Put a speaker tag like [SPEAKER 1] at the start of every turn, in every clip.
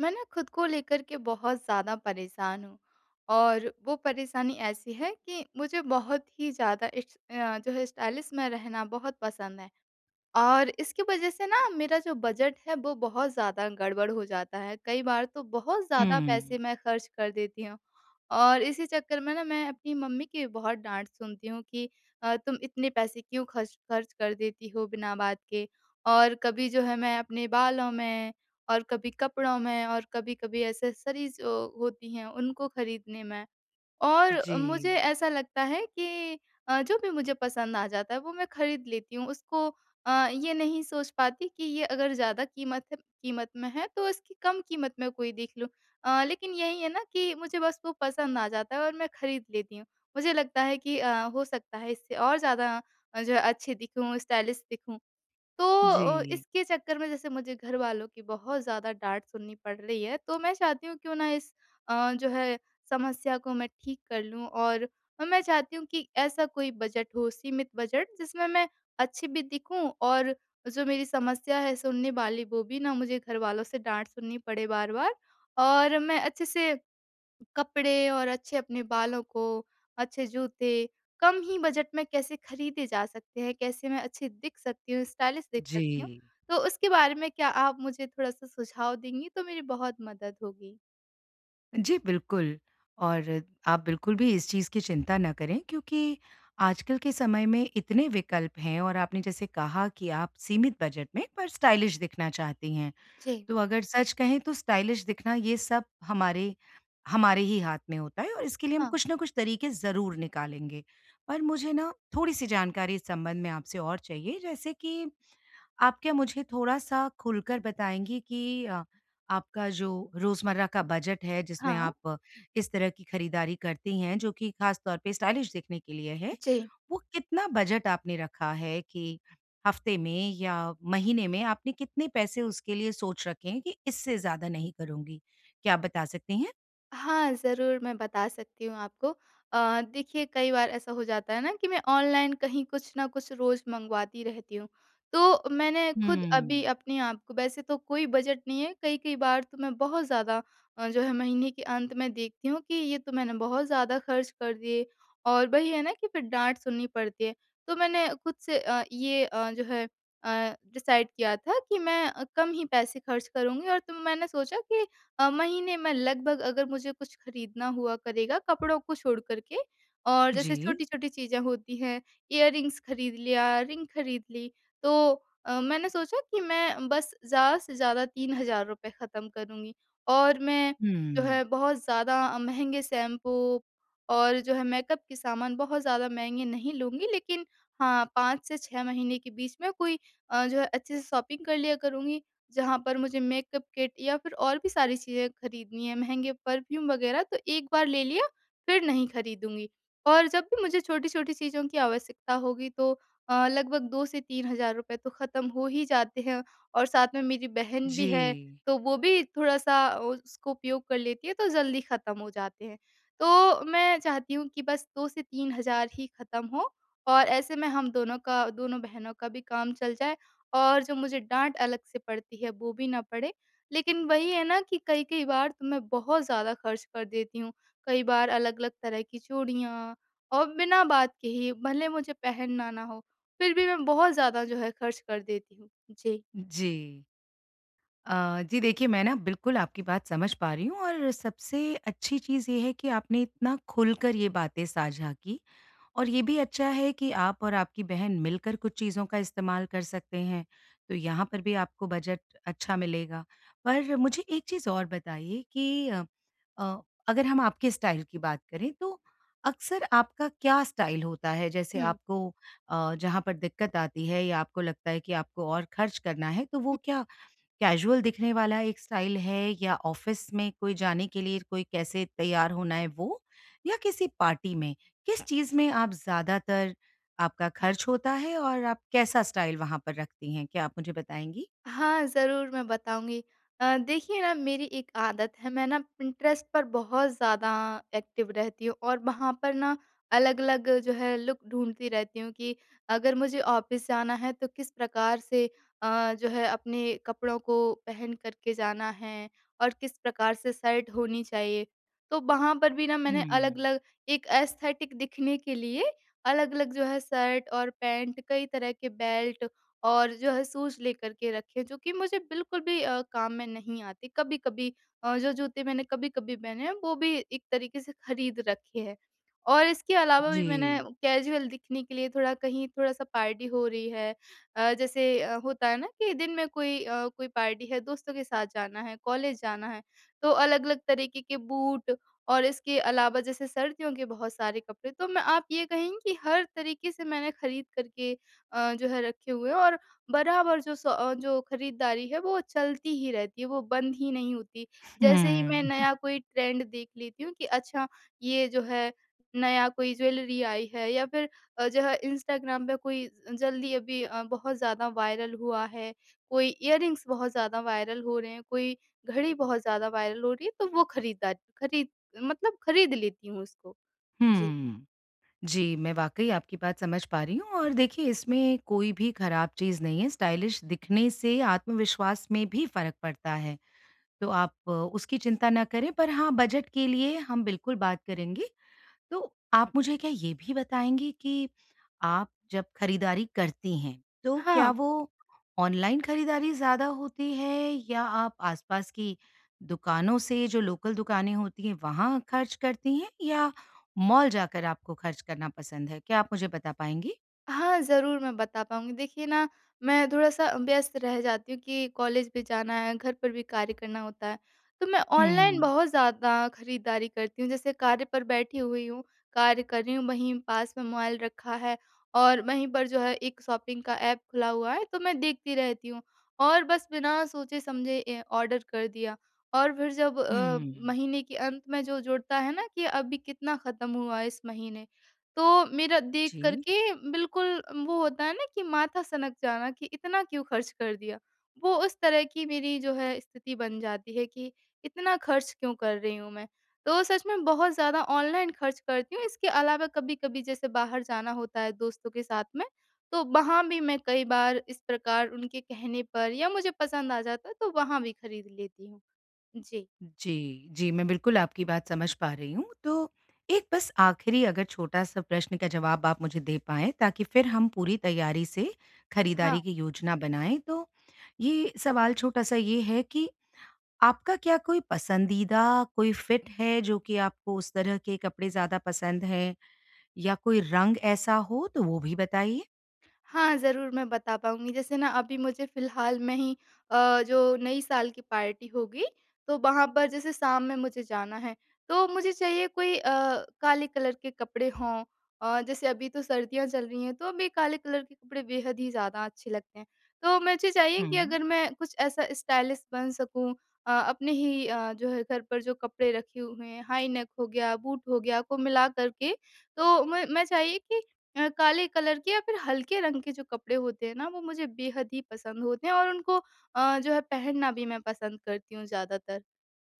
[SPEAKER 1] मैं ना खुद को लेकर के बहुत ज़्यादा परेशान हूँ। और वो परेशानी ऐसी है कि मुझे बहुत ही ज़्यादा इस जो है स्टाइलिश में रहना बहुत पसंद है। और इसकी वजह से ना मेरा जो बजट है वो बहुत ज़्यादा गड़बड़ हो जाता है। कई बार तो बहुत ज़्यादा
[SPEAKER 2] हुँ।
[SPEAKER 1] पैसे मैं खर्च कर देती हूँ। और इसी चक्कर में ना मैं अपनी मम्मी की बहुत डाँट सुनती हूँ कि तुम इतने पैसे क्यों खर्च खर्च कर देती हो बिना बात के? और कभी जो है मैं अपने बालों में, और कभी कपड़ों में, और कभी-कभी एक्सेसरीज़ होती हैं उनको खरीदने में। और मुझे
[SPEAKER 2] जी,
[SPEAKER 1] ऐसा लगता है कि जो भी मुझे पसंद आ जाता है वो मैं खरीद लेती हूँ। उसको ये नहीं सोच पाती कि ये अगर ज़्यादा कीमत में है तो इसकी कम कीमत में कोई देख लूँ। लेकिन यही है ना कि मुझे बस वो पसंद आ जाता है और मैं खरीद लेती हूँ। मुझे लगता है कि हो सकता है इससे और ज़्यादा जो है अच्छी दिखूँ, स्टाइलिश दिखूँ। तो
[SPEAKER 2] जी,
[SPEAKER 1] इसके चक्कर में जैसे मुझे घरवालों की बहुत ज़्यादा डाँट सुननी पड़ रही है, तो मैं चाहती हूँ क्यों ना इस जो है समस्या को मैं ठीक कर लूँ। और मैं चाहती हूँ कि ऐसा कोई बजट हो, सीमित बजट, जिसमें मैं अच्छी भी दिखूँ, और जो मेरी समस्या है सुनने वाली वो भी ना, मुझे घरवालों से डाँट सुननी पड़े बार-बार, और मैं अच्छे से कपड़े और अच्छे अपने बालों को, अच्छे जूते, कम ही बजट में कैसे खरीदे जा सकते हैं, कैसे मैं अच्छी दिख सकती हूँ, स्टाइलिश दिख
[SPEAKER 2] जी।
[SPEAKER 1] सकती हूँ। तो उसके बारे में क्या आप मुझे थोड़ा-सा सुझाव देंगी तो मेरी बहुत मदद होगी?
[SPEAKER 2] जी, बिल्कुल। और आप बिल्कुल भी इस चीज़ की चिंता ना करें, क्योंकि आजकल के समय में इतने विकल्प हैं और आपने जैसे कहा कि आप सीमित बजट में पर स्टाइलिश दिखना चाहती हैं।
[SPEAKER 1] जी।
[SPEAKER 2] तो अगर सच कहें तो स्टाइलिश दिखना, ये सब हमारे हमारे ही हाथ में होता है और इसके लिए हम
[SPEAKER 1] हाँ,
[SPEAKER 2] कुछ ना कुछ तरीके ज़रूर निकालेंगे। पर मुझे ना थोड़ी-सी जानकारी इस संबंध में आपसे और चाहिए, जैसे कि आप क्या मुझे थोड़ा-सा खुलकर बताएँगी कि आपका जो रोज़मर्रा का बजट है, जिसमें
[SPEAKER 1] हाँ।
[SPEAKER 2] आप इस तरह की खरीदारी करती हैं, जो कि ख़ास तौर पे स्टाइलिश दिखने के लिए है,
[SPEAKER 1] जी।
[SPEAKER 2] वो कितना बजट आपने रखा है कि हफ़्ते में या महीने में आपने कितने पैसे उसके लिए सोच रखे हैं कि इससे ज़्यादा नहीं करूँगी? क्या आप बता सकती हैं?
[SPEAKER 1] हाँ, ज़रूर मैं बता सकती हूँ आपको। देखिए, कई बार ऐसा हो जाता है ना कि मैं ऑनलाइन कहीं कुछ न कुछ रोज़ मँगवाती रहती हूँ। तो मैंने खुद अभी
[SPEAKER 2] हुँ।
[SPEAKER 1] अपने आप को वैसे तो कोई बजट नहीं है, कई-कई बार तो मैं बहुत ज़्यादा जो है महीने के अंत में देखती हूँ कि ये तो मैंने बहुत ज़्यादा खर्च कर दिए, और वही है ना कि फिर डाँट सुननी पड़ती है। तो मैंने खुद से जो है डिसाइड किया था कि मैं कम ही पैसे खर्च करूँगी, और तो मैंने सोचा कि महीने में लगभग अगर मुझे कुछ खरीदना हुआ करेगा कपड़ों को छोड़ कर के, और जैसे
[SPEAKER 2] जी।
[SPEAKER 1] छोटी-छोटी चीज़ें होती हैं, इयररिंग्स खरीद लिया, रिंग खरीद ली, तो मैंने सोचा कि मैं बस ज़्यादा से ज़्यादा ₹3000 ख़त्म करूँगी, और मैं जो है
[SPEAKER 2] हुँ।
[SPEAKER 1] बहुत ज़्यादा महँगे शैम्पू और जो है मेकअप के सामान बहुत ज़्यादा महँगे नहीं लूँगी, लेकिन हाँ, 5 से 6 महीने के बीच में कोई जो है अच्छे से शॉपिंग कर लिया करूँगी। जहाँ पर मुझे मेकअप किट या फिर और भी सारी चीज़ें खरीदनी है, महँगे परफ्यूम वग़ैरह, तो एक बार ले लिया, फिर नहीं खरीदूँगी। और जब भी मुझे छोटी-छोटी चीज़ों की आवश्यकता होगी तो लगभग 2 से ₹3000 तो ख़त्म हो ही जाते हैं, और साथ में मेरी बहन भी
[SPEAKER 2] जी।
[SPEAKER 1] है, तो वो भी थोड़ा-सा उसको उपयोग कर लेती है, तो जल्दी ख़त्म हो जाते हैं। तो मैं चाहती हूँ कि बस 2 से 3000 ही ख़त्म हो, और ऐसे में हम दोनों का, दोनों बहनों का भी काम चल जाए, और जो मुझे डाँट अलग से पड़ती है वो भी ना पड़े। लेकिन वही है ना कि कई-कई बार तो मैं बहुत ज़्यादा खर्च कर देती हूँ। कई बार अलग-अलग तरह की चूड़ियाँ, और बिना बात के ही, भले मुझे पहनना ना हो, फिर भी मैं बहुत ज़्यादा जो है खर्च कर देती हूँ। जी।
[SPEAKER 2] जी। जी, देखिए, मैं ना बिल्कुल आपकी बात समझ पा रही हूँ और सबसे अच्छी चीज़ ये है कि आपने इतना खुलकर ये बातें साझा की, और ये भी अच्छा है कि आप और आपकी बहन मिलकर कुछ चीज़ों का इस्तेमाल कर सकते हैं, तो यहाँ पर भी आपको बजट अच्छा मिलेगा। पर मुझे एक चीज़ और बताइए कि अ, अगर हम आपके स्टाइल की बात करें, तो अक्सर आपका क्या स्टाइल होता है? जैसे
[SPEAKER 1] हुँ।
[SPEAKER 2] आपको जहाँ पर दिक्कत आती है या आपको लगता है कि आपको और खर्च करना है, तो वो क्या कैजुअल दिखने वाला एक स्टाइल है, या ऑफिस में कोई जाने के लिए कोई कैसे तैयार होना है वो? या किसी पार्टी में? किस चीज़ में आप ज़्यादातर आपका खर्च होता है और आप कैसा स्टाइल वहाँ पर रखती हैं? क्या आप मुझे बताएँगी?
[SPEAKER 1] हाँ, ज़रूर मैं बताऊँगी। देखिए ना, मेरी एक आदत है, मैं ना पिंटरेस्ट पर बहुत ज़्यादा एक्टिव रहती हूँ, और वहाँ पर ना अलग-अलग जो है लुक ढूँढती रहती हूँ कि अगर मुझे ऑफ़िस जाना है तो किस प्रकार से जो है अपने कपड़ों को पहन कर के जाना है, और किस प्रकार से शर्ट होनी चाहिए। तो वहाँ पर भी ना मैंने
[SPEAKER 2] हुँ।
[SPEAKER 1] अलग-अलग, एक एस्थेटिक दिखने के लिए अलग-अलग जो है शर्ट और पैंट, कई तरह के बेल्ट और जो है शूज़ लेकर के रखे, जो कि मुझे बिल्कुल भी काम में नहीं आते। कभी-कभी जो जूते मैंने कभी-कभी पहने हैं, वो भी एक तरीके से खरीद रखे हैं। और इसके अलावा भी मैंने
[SPEAKER 2] जी।
[SPEAKER 1] कैजुअल दिखने के लिए, थोड़ा कहीं थोड़ा-सा पार्टी हो रही है, जैसे होता है ना कि दिन में कोई कोई पार्टी है, दोस्तों के साथ जाना है, कॉलेज जाना है, तो अलग-अलग तरीके के बूट, और इसके अलावा जैसे सर्दियों के बहुत सारे कपड़े। तो मैं आप ये कहेंगी कि हर तरीके से मैंने खरीद कर के जो है रखे हुए हैं, और बराबर जो खरीदारी है वो चलती ही रहती है, वो बंद ही नहीं होती। जैसे ही मैं
[SPEAKER 2] हुँ,
[SPEAKER 1] नया कोई ट्रेंड देख लेती हूँ कि अच्छा ये जो है नया कोई ज्वेलरी आई है, या फिर जो है इंस्टाग्राम पे कोई जल्दी अभी बहुत ज़्यादा वायरल हुआ है, कोई इयररिंग्स बहुत ज़्यादा वायरल हो रहे हैं, कोई घड़ी बहुत ज़्यादा वायरल हो रही है, तो वो खरीदार खरीद मतलब खरीद लेती हूँ उसको। जी।
[SPEAKER 2] हुँ। जी, मैं वाक़ई आपकी बात समझ पा रही हूँ और देखिए, इसमें कोई भी खराब चीज़ नहीं है, स्टाइलिश दिखने से आत्मविश्वास में भी फ़र्क पड़ता है। तो आप उसकी चिंता ना करें, पर हाँ, बजट के लिए हम बिल्कुल बात करेंगे। तो आप मुझे क्या ये भी बताएँगी कि आप जब खरीदारी करती हैं, तो क्या
[SPEAKER 1] हाँ।
[SPEAKER 2] वो ऑनलाइन खरीदारी ज़्यादा होती है, या आप आस-पास की दुकानों से, जो लोकल दुकानें होती हैं, वहाँ खर्च करती हैं, या मॉल जाकर आपको खर्च करना पसंद है? क्या आप मुझे बता पाएँगी?
[SPEAKER 1] हाँ, ज़रूर मैं बता पाऊँगी। देखिए ना, मैं थोड़ा-सा व्यस्त रह जाती हूँ कि कॉलेज भी जाना है, घर पर भी कार्य करना होता है। तो मैं ऑनलाइन
[SPEAKER 2] हुँ,
[SPEAKER 1] बहुत ज़्यादा खरीदारी करती हूँ। जैसे कार्य पर बैठी हुई हूँ, कार्य कर रही हूँ, वहीं पास में मोबाइल रखा है, और वहीं पर जो है एक शॉपिंग का ऐप खुला हुआ है, तो मैं देखती रहती हूँ और बस बिना सोचे-समझे ए ऑर्डर कर दिया। और फिर जब
[SPEAKER 2] हुँ,
[SPEAKER 1] महीने के अंत में जो जुड़ता है ना कि अभी कितना ख़त्म हुआ इस महीने, तो मेरा देख कर
[SPEAKER 2] जी।
[SPEAKER 1] के बिल्कुल वो होता है ना कि माथा सनक जाना कि इतना क्यों खर्च कर दिया। वो उस तरह की मेरी जो है स्थिति बन जाती है कि इतना खर्च क्यों कर रही हूँ मैं। तो सच में बहुत ज़्यादा ऑनलाइन खर्च करती हूँ, इसके अलावा कभी-कभी जैसे बाहर जाना होता है दोस्तों के साथ में, तो वहाँ भी मैं कई बार इस प्रकार उनके कहने पर, या मुझे पसंद आ जाता है तो वहाँ भी खरीद लेती हूँ। जी।
[SPEAKER 2] जी, जी, मैं बिल्कुल आपकी बात समझ पा रही हूँ। तो एक बस आखिरी अगर छोटा-सा प्रश्न का जवाब आप मुझे दे पाएँ, ताकि फिर हम पूरी तैयारी से
[SPEAKER 1] हाँ।
[SPEAKER 2] खरीदारी की योजना बनाएँ। तो ये सवाल छोटा-सा ये है कि आपका क्या कोई पसंदीदा कोई फ़िट है, जो कि आपको उस तरह के कपड़े ज़्यादा पसंद हैं, या कोई रंग ऐसा हो तो वो भी बताइए?
[SPEAKER 1] हाँ, ज़रूर मैं बता पाऊँगी। जैसे ना अभी मुझे फ़िलहाल में ही जो नई साल की पार्टी होगी, तो वहाँ पर जैसे शाम में मुझे जाना है, तो मुझे चाहिए कोई काले कलर के कपड़े हों। जैसे अभी तो सर्दियाँ चल रही हैं, तो अभी काले कलर के कपड़े बेहद ही ज़्यादा अच्छे लगते हैं। तो मुझे चाहिए कि
[SPEAKER 2] हुँ।
[SPEAKER 1] अगर मैं कुछ ऐसा स्टाइलिश बन सकूँ अपने ही जो है घर पर जो कपड़े रखे हुए हैं, हाई नेक हो गया, बूट हो गया, को मिला कर के, तो मैं चाहिए कि काले कलर के या फिर हल्के रंग के जो कपड़े होते हैं ना, वो मुझे बेहद ही पसंद होते हैं, और उनको जो है पहनना भी मैं पसंद करती हूँ ज़्यादातर।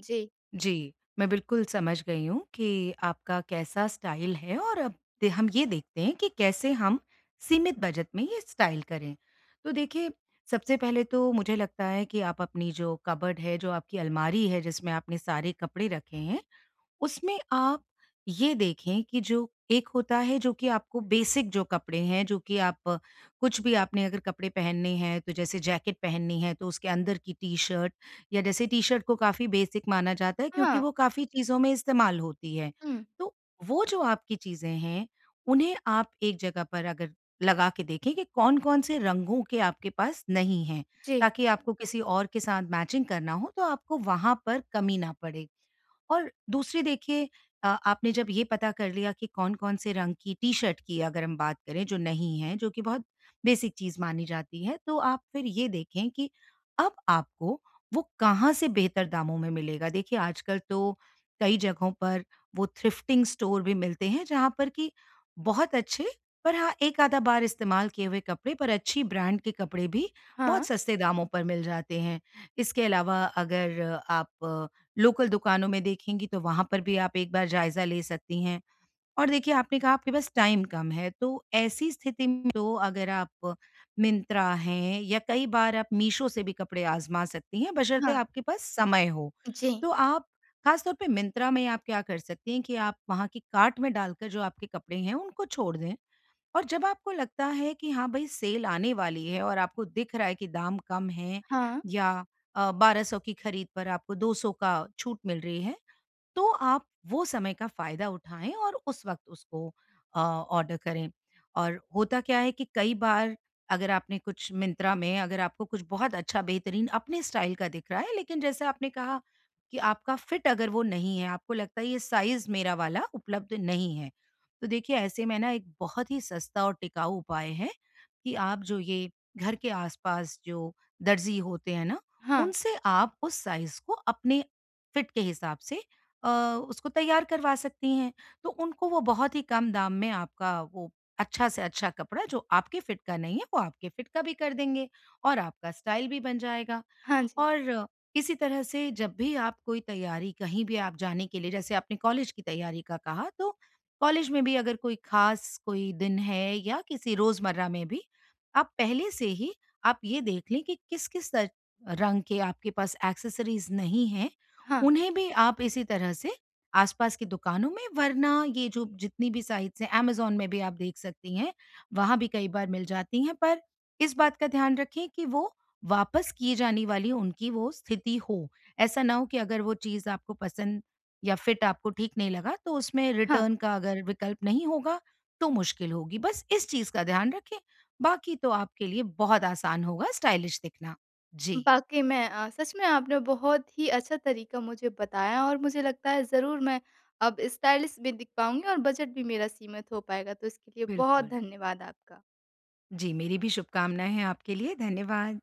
[SPEAKER 1] जी।
[SPEAKER 2] जी, मैं बिल्कुल समझ गई हूँ कि आपका कैसा स्टाइल है, और अब दे हम ये देखते हैं कि कैसे हम सीमित बजट में ये स्टाइल करें। तो देखिए, सबसे पहले तो मुझे लगता है कि आप अपनी जो कबर्ड है, जो आपकी अलमारी है, जिसमें आपने सारे कपड़े रखे हैं, उसमें आप ये देखें कि जो एक होता है जो कि आपको बेसिक, जो कपड़े हैं, जो कि आप कुछ भी आपने अगर कपड़े पहनने हैं, तो जैसे जैकेट पहननी है तो उसके अंदर की टी-शर्ट, या जैसे टी-शर्ट को काफ़ी बेसिक माना जाता है, क्योंकि
[SPEAKER 1] हाँ।
[SPEAKER 2] वो काफ़ी चीज़ों में इस्तेमाल होती है।
[SPEAKER 1] हुँ।
[SPEAKER 2] तो वो जो आपकी चीज़ें हैं, उन्हें आप एक जगह पर अगर लगा के देखें कि कौन-कौन से रंगों के आपके पास नहीं हैं,
[SPEAKER 1] जी।
[SPEAKER 2] ताकि आपको किसी और के साथ मैचिंग करना हो तो आपको वहाँ पर कमी ना पड़े। और दूसरी देखिए, आपने जब ये पता कर लिया कि कौन-कौन से रंग की टी-शर्ट की, अगर हम बात करें, जो नहीं है, जो कि बहुत बेसिक चीज़ मानी जाती है, तो आप फिर ये देखें कि अब आपको वो कहाँ से बेहतर दामों में मिलेगा। देखिए, आजकल तो कई जगहों पर वो थ्रिफ्टिंग स्टोर भी मिलते हैं, जहाँ पर कि बहुत अच्छे, पर हाँ, 1 आधा बार इस्तेमाल किए हुए कपड़े, पर अच्छी ब्रांड के कपड़े भी
[SPEAKER 1] हाँ।
[SPEAKER 2] बहुत सस्ते दामों पर मिल जाते हैं। इसके अलावा अगर आप लोकल दुकानों में देखेंगी, तो वहाँ पर भी आप एक बार जायज़ा ले सकती हैं। और देखिए, आपने कहा आपके पास टाइम कम है, तो ऐसी स्थिति में तो अगर आप मिंत्रा हैं, या कई बार आप मीशो से भी कपड़े आज़मा सकती हैं,
[SPEAKER 1] हाँ।
[SPEAKER 2] बशर्ते आपके पास समय हो।
[SPEAKER 1] जी।
[SPEAKER 2] तो आप खास तौर पे मिंत्रा में आप क्या कर सकती हैं कि आप वहाँ की कार्ट में डालकर जो आपके कपड़े हैं उनको छोड़ दें। और जब आपको लगता है कि हाँ भाई सेल आने वाली है, और आपको दिख रहा है कि दाम कम है,
[SPEAKER 1] हाँ।
[SPEAKER 2] या 1200 की खरीद पर आपको 200 का छूट मिल रही है, तो आप वो समय का फ़ायदा उठाएँ और उस वक़्त उसको ऑर्डर करें। और होता क्या है कि कई बार अगर आपने कुछ मिंत्रा में, अगर आपको कुछ बहुत अच्छा बेहतरीन अपने स्टाइल का दिख रहा है, लेकिन जैसे आपने कहा कि आपका फिट अगर वो नहीं है, आपको लगता है ये साइज़ मेरा वाला उपलब्ध नहीं है। तो देखिए, ऐसे में ना एक बहुत ही सस्ता और टिकाऊ उपाय है कि आप जो ये घर के आस-पास जो दर्ज़ी होते हैं ना,
[SPEAKER 1] हाँ।
[SPEAKER 2] उनसे आप उस साइज़ को अपने फिट के हिसाब से अ, उसको तैयार करवा सकती हैं। तो उनको वो बहुत ही कम दाम में आपका वो अच्छा से अच्छा कपड़ा, जो आपके फिट का नहीं है, वो आपके फिट का भी कर देंगे और आपका स्टाइल भी बन जाएगा।
[SPEAKER 1] हाँ जी।
[SPEAKER 2] और इसी तरह से जब भी आप कोई तैयारी कहीं भी आप जाने के लिए, जैसे आपने कॉलेज की तैयारी का कहा, तो कॉलेज में भी अगर कोई खास कोई दिन है या किसी रोजमर्रा में भी, आप पहले से ही आप ये देख लें कि किस किस रंग के आपके पास एक्सेसरीज नहीं हैं।
[SPEAKER 1] हाँ।
[SPEAKER 2] उन्हें भी आप इसी तरह से आसपास की दुकानों में, वरना ये जो जितनी भी साइट्स हैं, amazon में भी आप देख सकती हैं। वहां भी कई बार मिल जाती हैं, पर इस बात का ध्यान रखें कि वो वापस किए जाने वाली उनकी वो स्थिति हो। ऐसा ना हो कि अगर वो चीज़ आपको पसंद या फिट आपको ठीक नहीं लगा, तो उसमें
[SPEAKER 1] हाँ।
[SPEAKER 2] रिटर्न का अगर विकल्प नहीं होगा तो मुश्किल होगी। बस इस चीज़ का ध्यान रखें, बाकी तो आपके लिए बहुत आसान होगा स्टाइलिश दिखना। जी।
[SPEAKER 1] वाक़ई में सच में आपने बहुत ही अच्छा तरीका मुझे बताया, और मुझे लगता है ज़रूर मैं अब स्टाइलिश भी दिख पाऊँगी और बजट भी मेरा सीमित हो पाएगा। तो इसके लिए बहुत
[SPEAKER 2] बिल्कुल।
[SPEAKER 1] धन्यवाद आपका।
[SPEAKER 2] जी, मेरी भी शुभकामनाएँ हैं आपके लिए। धन्यवाद।